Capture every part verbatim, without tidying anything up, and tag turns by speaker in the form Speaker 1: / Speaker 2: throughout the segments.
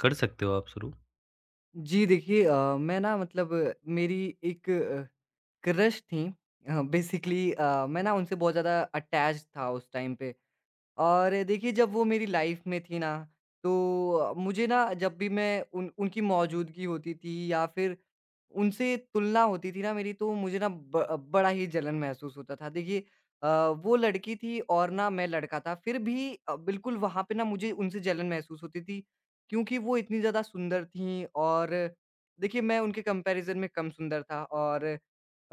Speaker 1: कर सकते हो आप शुरू।
Speaker 2: जी देखिए अ, मैं ना मतलब अ, मेरी एक अ, क्रश थी बेसिकली। मैं ना उनसे बहुत ज़्यादा अटैच था उस टाइम पे और देखिए जब वो मेरी लाइफ में थी ना, तो मुझे ना जब भी मैं उन उनकी मौजूदगी होती थी या फिर उनसे तुलना होती थी ना मेरी, तो मुझे ना ब बड़ा ही जलन महसूस होता था। देखिए अ, वो लड़की थी और ना मैं लड़का था। फिर भी अ, बिल्कुल वहाँ पे ना मुझे उनसे जलन महसूस होती थी क्योंकि वो इतनी ज़्यादा सुंदर थीं। और देखिए मैं उनके कंपैरिज़न में कम सुंदर था और अ,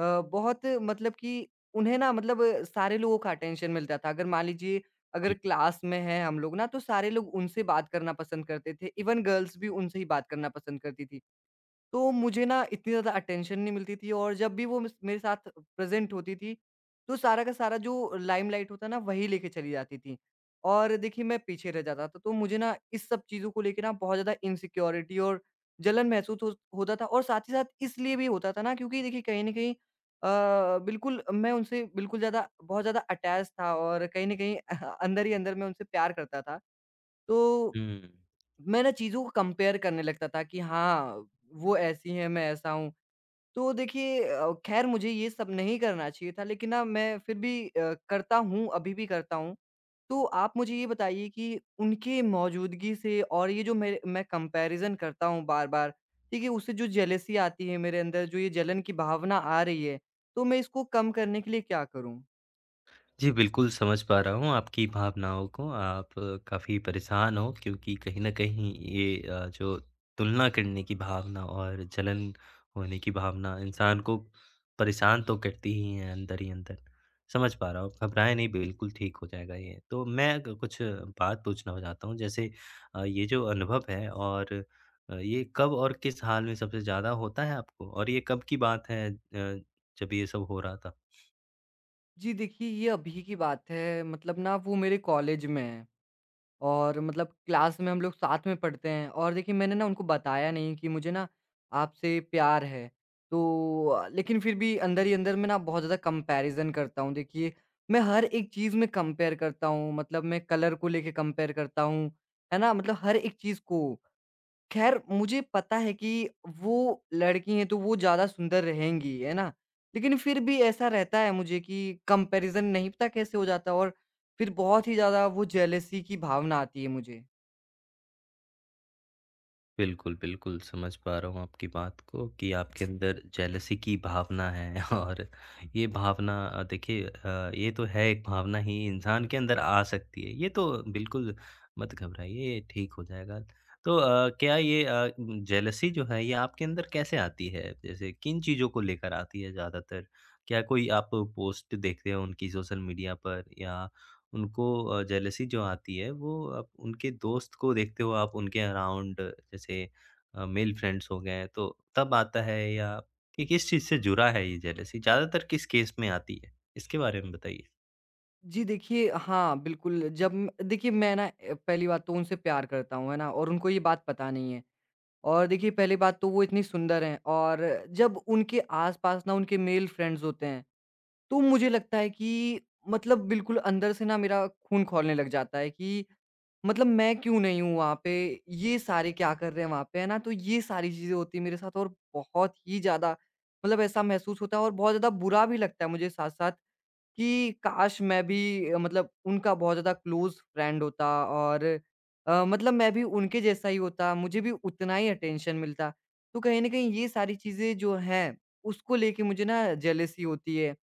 Speaker 2: बहुत मतलब कि उन्हें ना मतलब अ, सारे लोगों का अटेंशन मिलता था। अगर मान लीजिए अगर
Speaker 1: जी।
Speaker 2: क्लास में हैं हम लोग ना, तो सारे लोग उनसे बात करना पसंद करते थे, इवन गर्ल्स भी उनसे ही बात करना पसंद करती थी। तो मुझे ना इतनी ज़्यादा अटेंशन नहीं मिलती थी और जब भी वो मिस मेरे साथ प्रेज़ेंट होती थी, तो सारा का सारा जो लाइमलाइट होता है ना, वही लेके चली जाती थी। और देखिए मैं पीछे रह जाता था, तो मुझे ना इस सब चीज़ों को लेके ना बहुत ज़्यादा इनसिक्योरिटी और जलन महसूस हो होता था और साथ ही साथ इसलिए भी होता था ना क्योंकि देखिए कहीं न कहीं अ, बिल्कुल मैं उनसे बिल्कुल ज़्यादा बहुत ज़्यादा अटैच था और कहीं न कहीं अंदर ही अंदर मैं उनसे प्यार करता था। तो
Speaker 1: हुँ।
Speaker 2: मैं ना चीज़ों को कंपेयर करने लगता था कि हाँ, वो ऐसी है, मैं ऐसा हूँ। तो देखिए अ, ख़ैर मुझे ये सब नहीं करना चाहिए था, लेकिन ना मैं फिर भी अ, करता हूँ, अभी भी करता हूँ। तो आप मुझे ये बताइए कि उनकी मौजूदगी से और ये जो मेरे मैं कंपैरिज़न करता हूँ बार-बार, ठीक है? उससे जो जेलसी आती है मेरे अंदर, जो ये जलन की भावना आ रही है, तो मैं इसको कम करने के लिए क्या करूँ?
Speaker 1: जी, बिल्कुल समझ पा रहा हूँ आपकी भावनाओं को। आप काफ़ी परेशान हो क्योंकि कहीं न कहीं ये अ, जो तुलना करने की भावना और जलन होने की भावना इंसान को परेशान तो करती ही है अंदर ही अंदर। समझ पा रहा हूँ, घबराएँ नहीं बिल्कुल ठीक हो जाएगा ये। तो मैं क कुछ बात पूछना चाहता हूँ जैसे अ, ये जो अनुभव है और अ, ये कब और किस हाल में सबसे ज़्यादा होता है आपको? और ये कब की बात है अ, जब ये सब हो रहा था?
Speaker 2: जी देखिए, ये अभी की बात है, मतलब ना वो मेरे कॉलेज में है। और मतलब क्लास में हम लोग साथ में पढ़ते हैं और देखिए मैंने ना उनको बताया नहीं कि मुझे ना आपसे प्यार है। तो अ, लेकिन फिर भी अंदर ही अंदर मैं ना बहुत ज़्यादा कंपैरिज़न करता हूँ। देखिए, मैं हर एक चीज़ में कंपेयर करता हूँ, मतलब मैं कलर को लेके कंपेयर करता हूँ, है ना? मतलब हर एक चीज़ को। ख़ैर मुझे पता है कि वो लड़की हैं तो वो ज़्यादा सुंदर रहेंगी, है ना? लेकिन फिर भी ऐसा रहता है मुझे कि कंपैरिज़न नहीं पता कैसे हो जाता है और फिर बहुत ही ज़्यादा वो जेलसी की भावना आती है मुझे।
Speaker 1: बिल्कुल, बिल्कुल, समझ पा रहा हूँ आपकी बात को कि आपके अंदर जेलसी की भावना है और ये भावना अ, देखिए अ, ये तो है एक भावना ही इंसान के अंदर आ सकती है। ये तो बिल्कुल मत घबराइए, ये ठीक हो जाएगा। तो अ, क्या ये अ, जेलसी जो है ये आपके अंदर कैसे आती है? जैसे किन चीज़ों को लेकर आती है ज़्यादातर? क्या कोई आप पोस्ट देखते हो उनकी सोशल मीडिया पर या उनको अ, जेलसी जो आती है वो आप उनके दोस्त को देखते हो आप उनके अराउंड जैसे अ, मेल फ्रेंड्स हो गए तो तब आता है या कि किस चीज़ से जुड़ा है ये जेलसी? ज़्यादातर किस केस में आती है? इसके बारे में बताइए,
Speaker 2: जी देखिए हाँ, बिल्कुल जब म देखिए मैं ना अ, पहली बात तो उनसे प्यार करता हूँ, है ना? और उनको ये बात पता नहीं है। और देखिए पहली बात तो वो इतनी सुंदर हैं और जब उनके आस-पास ना उनके मेल फ्रेंड्स होते हैं तो मुझे लगता है कि मतलब बिल्कुल अंदर से ना मेरा खून खौलने लग जाता है कि मतलब मैं क्यों नहीं हूँ वहाँ पे, ये सारे क्या कर रहे हैं वहाँ पे, है ना? तो ये सारी चीज़ें होती हैं मेरे साथ और बहुत ही ज़्यादा मतलब ऐसा महसूस होता है और बहुत ज़्यादा बुरा भी लगता है मुझे साथ-साथ कि काश मैं भी अ, मतलब उनका बहुत ज़्यादा क्लोज़ फ्रेंड होता और अ, मतलब मैं भी उनके जैसा ही होता, मुझे भी उतना ही अटेंशन मिलता। तो कहीं न कहीं ये सारी चीज़ें जो हैं, उसको लेके मुझे ना जेलसी होती है।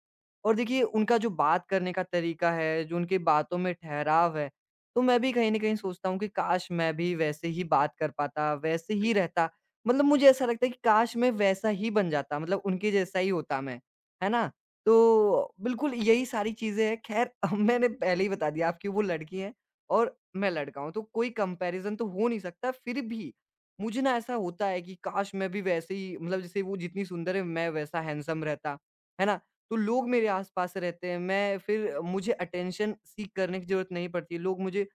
Speaker 2: और देखिए उनका जो बात करने का तरीका है, जो उनकी बातों में ठहराव है, तो मैं भी कहीं न कहीं सोचता हूँ कि काश मैं भी वैसे ही बात कर पाता, वैसे
Speaker 1: जी।
Speaker 2: ही रहता। मतलब मुझे ऐसा लगता है कि काश मैं वैसा ही बन जाता, मतलब उनके जैसा ही होता मैं, है ना? तो बिल्कुल यही सारी चीज़ें हैं। ख़ैर मैंने पहले ही बता दिया आपकी वो लड़की हैं और मैं लड़का हूँ, तो कोई कंपैरिज़न तो हो नहीं सकता। फिर भी मुझे ना ऐसा होता है कि काश मैं भी वैसे ही मतलब जैसे वो जितनी सुंदर है, मैं वैसा हैंडसम रहता। है ना? तो लोग मेरे आस-पास रहते हैं। मैं फिर मुझे अटेंशन सीक करने की ज़रूरत नहीं पड़ती। लोग मुझे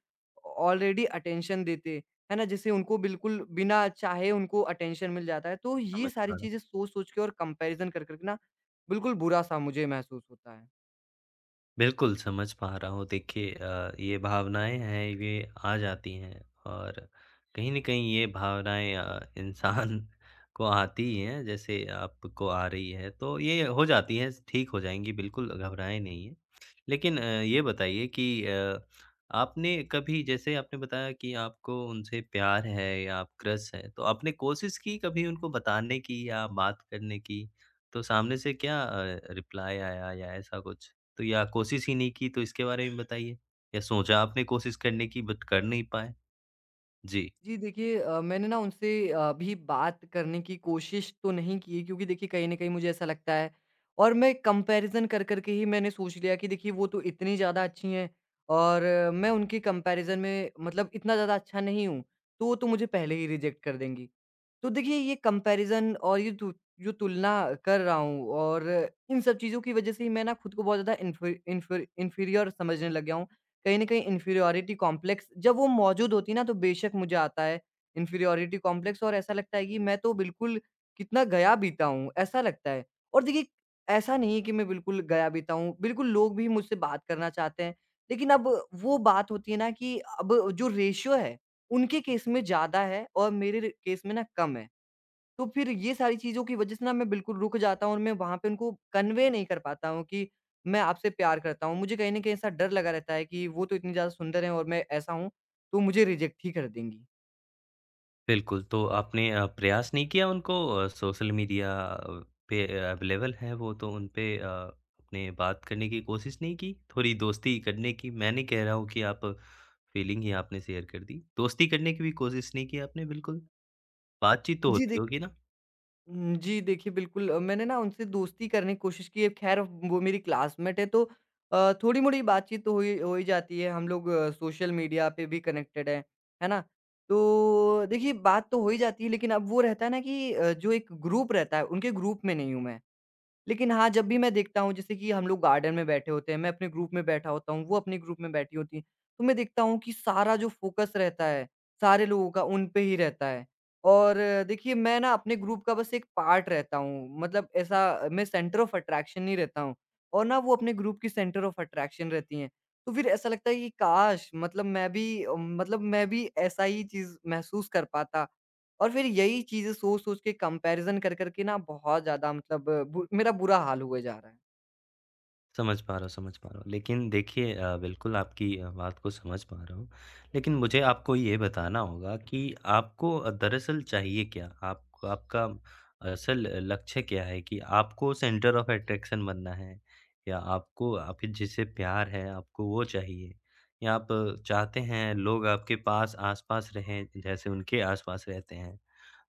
Speaker 2: ऑलरेडी अटेंशन देते हैं। है ना? जैसे उनको बिल्कुल बिना चाहे उनको अटेंशन मिल जाता है। तो ये
Speaker 1: समझ पा
Speaker 2: सारी
Speaker 1: रहा हूँ।
Speaker 2: चीज़ें सोच-सोच के और कंपैरिज़न कर-कर के ना बिल्कुल बुरा-सा मुझे महसूस होता है।
Speaker 1: बिल्कुल, समझ पा रहा हूँ। देखिए अ, ये भावनाएँ हैं, ये आ जाती हैं और कहीं न कहीं ये भावनाएँ अ, इंसान को आती ही हैं, जैसे आपको आ रही है। तो ये हो जाती हैं, ठीक हो जाएँगी, बिल्कुल घबराएँ नहीं हैं। लेकिन अ, ये बताइए कि अ, आपने कभी जैसे आपने बताया कि आपको उनसे प्यार है या आप क्रश हैं, तो आपने कोशिश की कभी उनको बताने की या बात करने की? तो सामने से क्या अ, रिप्लाई आया या ऐसा कुछ? तो या कोशिश ही नहीं की तो इसके बारे में बताइए? या सोचा आपने कोशिश करने की बट कर नहीं पाए? जी।
Speaker 2: जी, देखिए अ, मैंने ना उनसे अभी बात करने की कोशिश तो नहीं की क्योंकि देखिए कहीं न कहीं मुझे ऐसा लगता है और मैं कंपैरिज़न कर कर के ही मैंने सोच लिया कि देखिए वो तो इतनी ज़्यादा अच्छी हैं और अ, मैं उनके कंपैरिज़न में मतलब इतना ज़्यादा अच्छा नहीं हूँ, तो वो तो मुझे पहले ही रिजेक्ट कर देंगी। तो देखिए ये कंपैरिज़न और ये तु जो तुलना कर रहा हूँ और इन सब चीज़ों की वज़ह से ही मैं ना खुद को बहुत ज़्यादा इन्फी इन्फी इन्फीरियर समझने लग गया हूँ। कहीं न कहीं इन्फीरियॉरिटी कॉम्प्लेक्स जब वो मौजूद होती है ना तो बेशक मुझे आता है इन्फीरियॉरिटी कॉम्प्लेक्स और ऐसा लगता है कि मैं तो बिल्कुल कितना गया-बीता हूँ, ऐसा लगता है। और देखिए ऐसा नहीं है कि मैं बिल्कुल गया-बीता हूँ, बिल्कुल लोग भी मुझसे बात करना चाहते हैं। लेकिन अब वो बात होती है ना कि अब जो रेशियो है उनके केस में ज़्यादा है और मेरे र केस में ना कम है। तो फिर ये सारी चीज़ों की वजह से ना मैं बिल्कुल रुक जाता हूँ और मैं वहाँ पे उनको कन्वे नहीं कर पाता हूँ कि मैं आपसे प्यार करता हूँ। मुझे कहीं न कहीं ऐसा डर लगा रहता है कि वो तो इतनी ज़्यादा सुंदर हैं और मैं ऐसा हूँ, तो मुझे रिजेक्ट ही कर देंगी।
Speaker 1: बिल्कुल, तो आपने अ, प्रयास नहीं किया उनको अ, सोशल मीडिया पे अवेलेबल हैं वो तो उन पे अ, आपने बात करने की कोशिश नहीं की? थोड़ी दोस्ती करने की मैं नहीं कह रहा हूँ कि आप फीलिंग ही आपने शेयर कर दी। दोस्ती करने की भी कोशिश नहीं की आपने बिल्कुल? बातचीत तो
Speaker 2: जी,
Speaker 1: होती होगी ना?
Speaker 2: उम, जी, देखिए बिल्कुल अ, मैंने ना उनसे दोस्ती करने की कोशिश की है, ख़ैर वो मेरी क्लासमेट है तो अ, थोड़ी-मोड़ी बातचीत तो हो ही हो ही जाती है, हम लोग सोशल मीडिया पे भी कनेक्टेड हैं, है ना? तो देखिए बात तो हो ही जाती है लेकिन अब वो रहता है ना कि अ, जो एक ग्रुप रहता है, उनके ग्रुप में नहीं हूँ मैं। लेकिन हाँ, जब भी मैं देखता हूँ जैसे कि हम लोग गार्डन में बैठे होते हैं, मैं अपने ग्रुप में बैठा होता हूँ, वो अपने ग्रुप में बैठी होती हैं, तो मैं देखता हूँ कि सारा जो फ़ोकस रहता है, सारे लोगों का उन पे ही रहता है। और अ, देखिए मैं ना अपने ग्रुप का बस एक पार्ट रहता हूँ, मतलब ऐसा अ, मैं सेंटर ऑफ़ अट्रैक्शन ही रहता हूँ और ना वो अपने ग्रुप की सेंटर ऑफ़ अट्रैक्शन रहती हैं। तो फिर ऐसा लगता है कि काश! मतलब मैं भी अ, मतलब मैं भी ऐसा ही चीज़ महसूस कर पाता और फिर यही चीज़ें सोच-सोच के कंपैरिज़न कर कर के ना बहुत ज़्यादा मतलब बु मेरा बुरा हाल हुए जा रहा है।
Speaker 1: समझ पा रहा हूँ, समझ पा रहा हूँ। लेकिन देखिए अ, बिल्कुल आपकी अ, बात को समझ पा रहा हूँ। लेकिन मुझे आपको ये बताना होगा कि आपको अ, दरअसल चाहिए क्या? आप आपका असल लक्ष्य क्या है कि आपको सेंटर ऑफ अट्रैक्शन बनना है या आपको आप जिससे प्यार है आपको वो चाहिए? या आप चाहते हैं लोग आपके पास आस-पास रहें जैसे उनके आस-पास रहते हैं?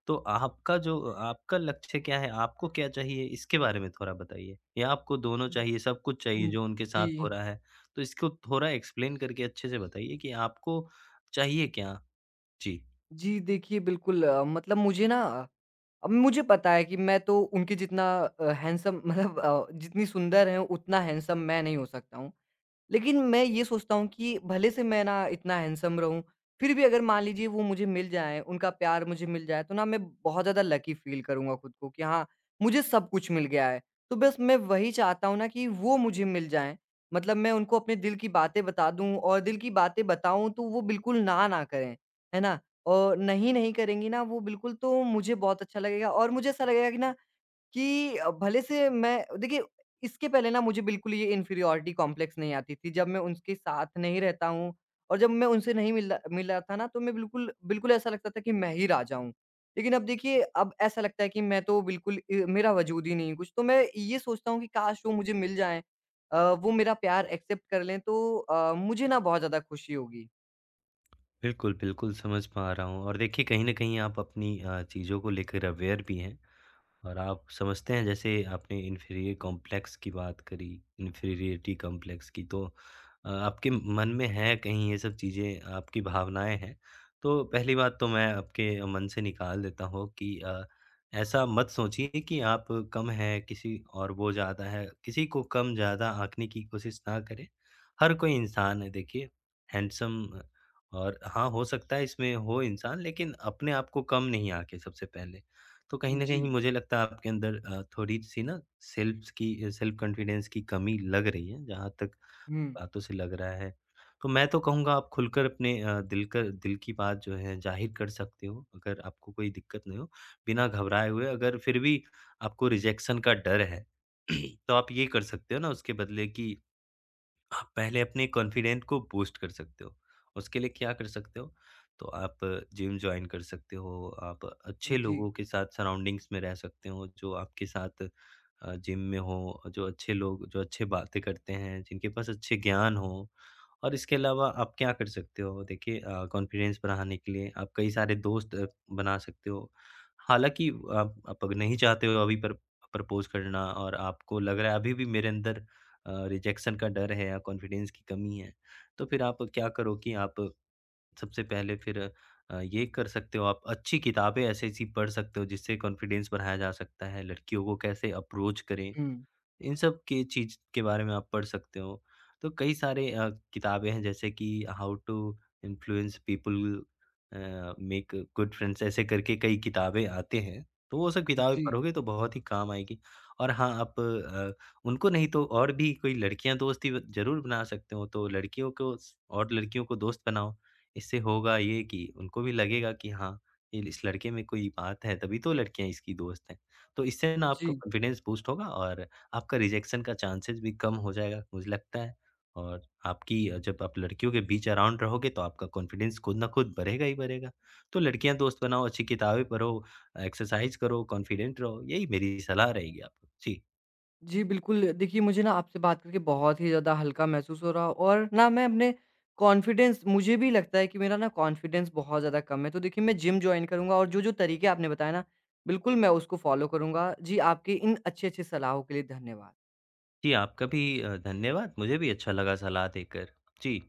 Speaker 1: तो आपका जो आपका लक्ष्य क्या है? आपको क्या चाहिए? इसके बारे में थोड़ा बताइए या आपको दोनों
Speaker 2: हुँ।
Speaker 1: चाहिए, सब कुछ चाहिए
Speaker 2: हुँ,
Speaker 1: जो उनके साथ हो
Speaker 2: जी।
Speaker 1: रहा है? तो इसको थोड़ा एक्सप्लेन करके अच्छे से बताइए कि आपको चाहिए क्या? जी,
Speaker 2: जी, देखिए बिल्कुल अ, मतलब मुझे ना अब मुझे पता है कि मैं तो उनके जितना अ, हैंडसम मतलब अ, जितनी सुंदर हैं उतना हैंडसम मैं नहीं हो सकता हूँ। लेकिन मैं ये सोचता हूँ कि भले से मैं ना इतना हैंडसम रहूँ, फिर भी अगर मान लीजिए वो मुझे मिल जाएँ, उनका प्यार मुझे मिल जाए, तो ना मैं बहुत ज़्यादा लकी फ़ील करूँगा खुद को कि हाँ, मुझे सब कुछ मिल गया है। तो बस मैं वही चाहता हूँ ना कि वो मुझे मिल जाएँ। मतलब मैं उनको अपने दिल की बातें बता दूँ और दिल की बातें बताऊँ तो वो बिल्कुल ना ना करें, है ना? और नहीं, नहीं करेंगी ना वो बिल्कुल, तो मुझे बहुत अच्छा लगेगा और मुझे ऐसा लगेगा कि ना कि अ, भले से मैं देखिए इसके पहले ना मुझे बिल्कुल ये इन्फीरियॉरिटी कॉम्प्लेक्स नहीं आती थी। जब मैं उनके साथ नहीं रहता हूँ और जब मैं उनसे नहीं मिल र मिला था ना, तो मैं बिल्कुल बिल्कुल ऐसा लगता था कि मैं ही राजा हूँ। लेकिन अब देखिए अब ऐसा लगता है कि मैं तो बिल्कुल अ, मेरा वजूद ही नहीं है कुछ। तो मैं ये सोचता हूँ कि काश वो मुझे मिल जाएँ, अ, वो मेरा प्यार एक्सेप्ट कर लें तो अ, मुझे ना बहुत ज़्यादा खुशी होगी।
Speaker 1: बिल्कुल, बिल्कुल समझ पा रहा हूँ और देखिए कहीं न कहीं आप अपनी अ, चीज़ों को लेकर अवेयर भी हैं। और आप समझते हैं जैसे आपने इन्फीरियर कॉम्प्लेक्स की बात करी, इन्फीरियरिटी कॉम्प्लेक्स की तो अ, आपके मन में है कहीं ये सब चीज़ें, आपकी भावनाएँ हैं। तो पहली बात तो मैं आपके मन से निकाल देता हूँ कि अ, ऐसा मत सोचिए कि आप कम हैं किसी और वो ज़्यादा है, किसी को कम ज़्यादा आँकने की कोशिश ना करें। हर कोई इंसान है देखिए, हैंडसम और हाँ, हो सकता है इसमें हो इंसान लेकिन अपने आप को कम नहीं आँके सबसे पहले। तो कहीं न कहीं
Speaker 2: जी।
Speaker 1: मुझे लगता है आपके अंदर अ, थोड़ी-सी ना सेल्फ़्स की सेल्फ़ कॉन्फिडेंस की कमी लग रही है, जहाँ तक
Speaker 2: हुँ।
Speaker 1: बातों से लग रहा है। तो मैं तो कहूँगा आप खुलकर अपने अ, दिल कर दिल की बात जो है ज़ाहिर कर सकते हो, अगर आपको कोई दिक्कत नहीं हो, बिना घबराए हुए। अगर फिर भी आपको रिजेक्शन का डर है, तो आप ये कर सकते हो ना उसके बदले कि आप पहले अपने कॉन्फिडेंट को बूस्ट कर सकते हो। उसके लिए क्या कर सकते हो? तो आप जिम जॉइन कर सकते हो, आप अच्छे
Speaker 2: जी।
Speaker 1: लोगों के साथ सराउंडिंग्स में रह सकते हो, जो आपके साथ अ, जिम में हो, जो अच्छे लोग जो अच्छे बातें करते हैं, जिनके पास अच्छे ज्ञान हो। और इसके अलावा आप क्या कर सकते हो? देखिए अ, कॉन्फिडेंस बढ़ाने के लिए आप कई सारे दोस्त अ, बना सकते हो। हालाँकि आप आप अगर नहीं चाहते हो अभी पर प्रपोज़ करना और आपको लग रहा है अभी भी मेरे अंदर रिजेक्शन का डर है या कॉन्फिडेंस की कमी है तो फिर आप क्या करो कि आप सबसे पहले फिर अ, ये कर सकते हो आप अच्छी किताबें ऐसी ऐसी पढ़ सकते हो जिससे कॉन्फिडेंस बढ़ाया जा सकता है लड़कियों को कैसे अप्रोच करें
Speaker 2: हुँ।
Speaker 1: इन सब के चीज़ के बारे में आप पढ़ सकते हो। तो कई सारे अ, किताबें हैं जैसे कि how to influence people uh, make good friends ऐसे करके कई किताबें आते हैं। तो वो सब किताबें
Speaker 2: जी।
Speaker 1: पढ़ोगे तो बहुत ही काम आएगी। और हाँ, आप अ, उनको नहीं तो और भी कोई लड़कियाँ दोस्ती ब ज़रूर बना सकते हो। तो लड़कियों को स और लड़कियों को दोस्त बनाओ। इससे होगा ये कि उनको भी लगेगा कि हाँ, ये इस लड़के में कोई बात है तभी तो लड़कियाँ इसकी दोस्त हैं। तो इससे ना आपका
Speaker 2: जी।
Speaker 1: कॉन्फिडेंस बूस्ट होगा और आपका रिजेक्शन का चांसेस भी कम हो जाएगा, मुझे लगता है और आपकी अ, जब आप लड़कियों के बीच अराउंड रहोगे तो आपका कॉन्फिडेंस खुद ना खुद बढ़ेगा ही बढ़ेगा। तो लड़कियाँ दोस्त बनाओ, अच्छी किताबें पढ़ो, एक्सरसाइज़ करो, कॉन्फिडेंट रहो, यही मेरी सलाह रहेगी आपको। जी।
Speaker 2: जी, बिल्कुल। देखिए, मुझे ना आपसे बात करके बहुत ही ज़्यादा हल्का महसूस हो रहा और ना मैं अपने कॉन्फिडेंस मुझे भी लगता है कि मेरा ना कॉन्फिडेंस बहुत ज़्यादा कम है। तो देखिए, मैं जिम जॉइन करूँगा और जो-जो तरीके आपने बताए ना, बिल्कुल मैं उसको फ़ॉलो करूँगा। जी, आपकी इन अच्छी-अच्छी सलाहों के लिए धन्यवाद।
Speaker 1: जी, आपका भी अ, धन्यवाद, मुझे भी अच्छा लगा सलाह देकर। जी।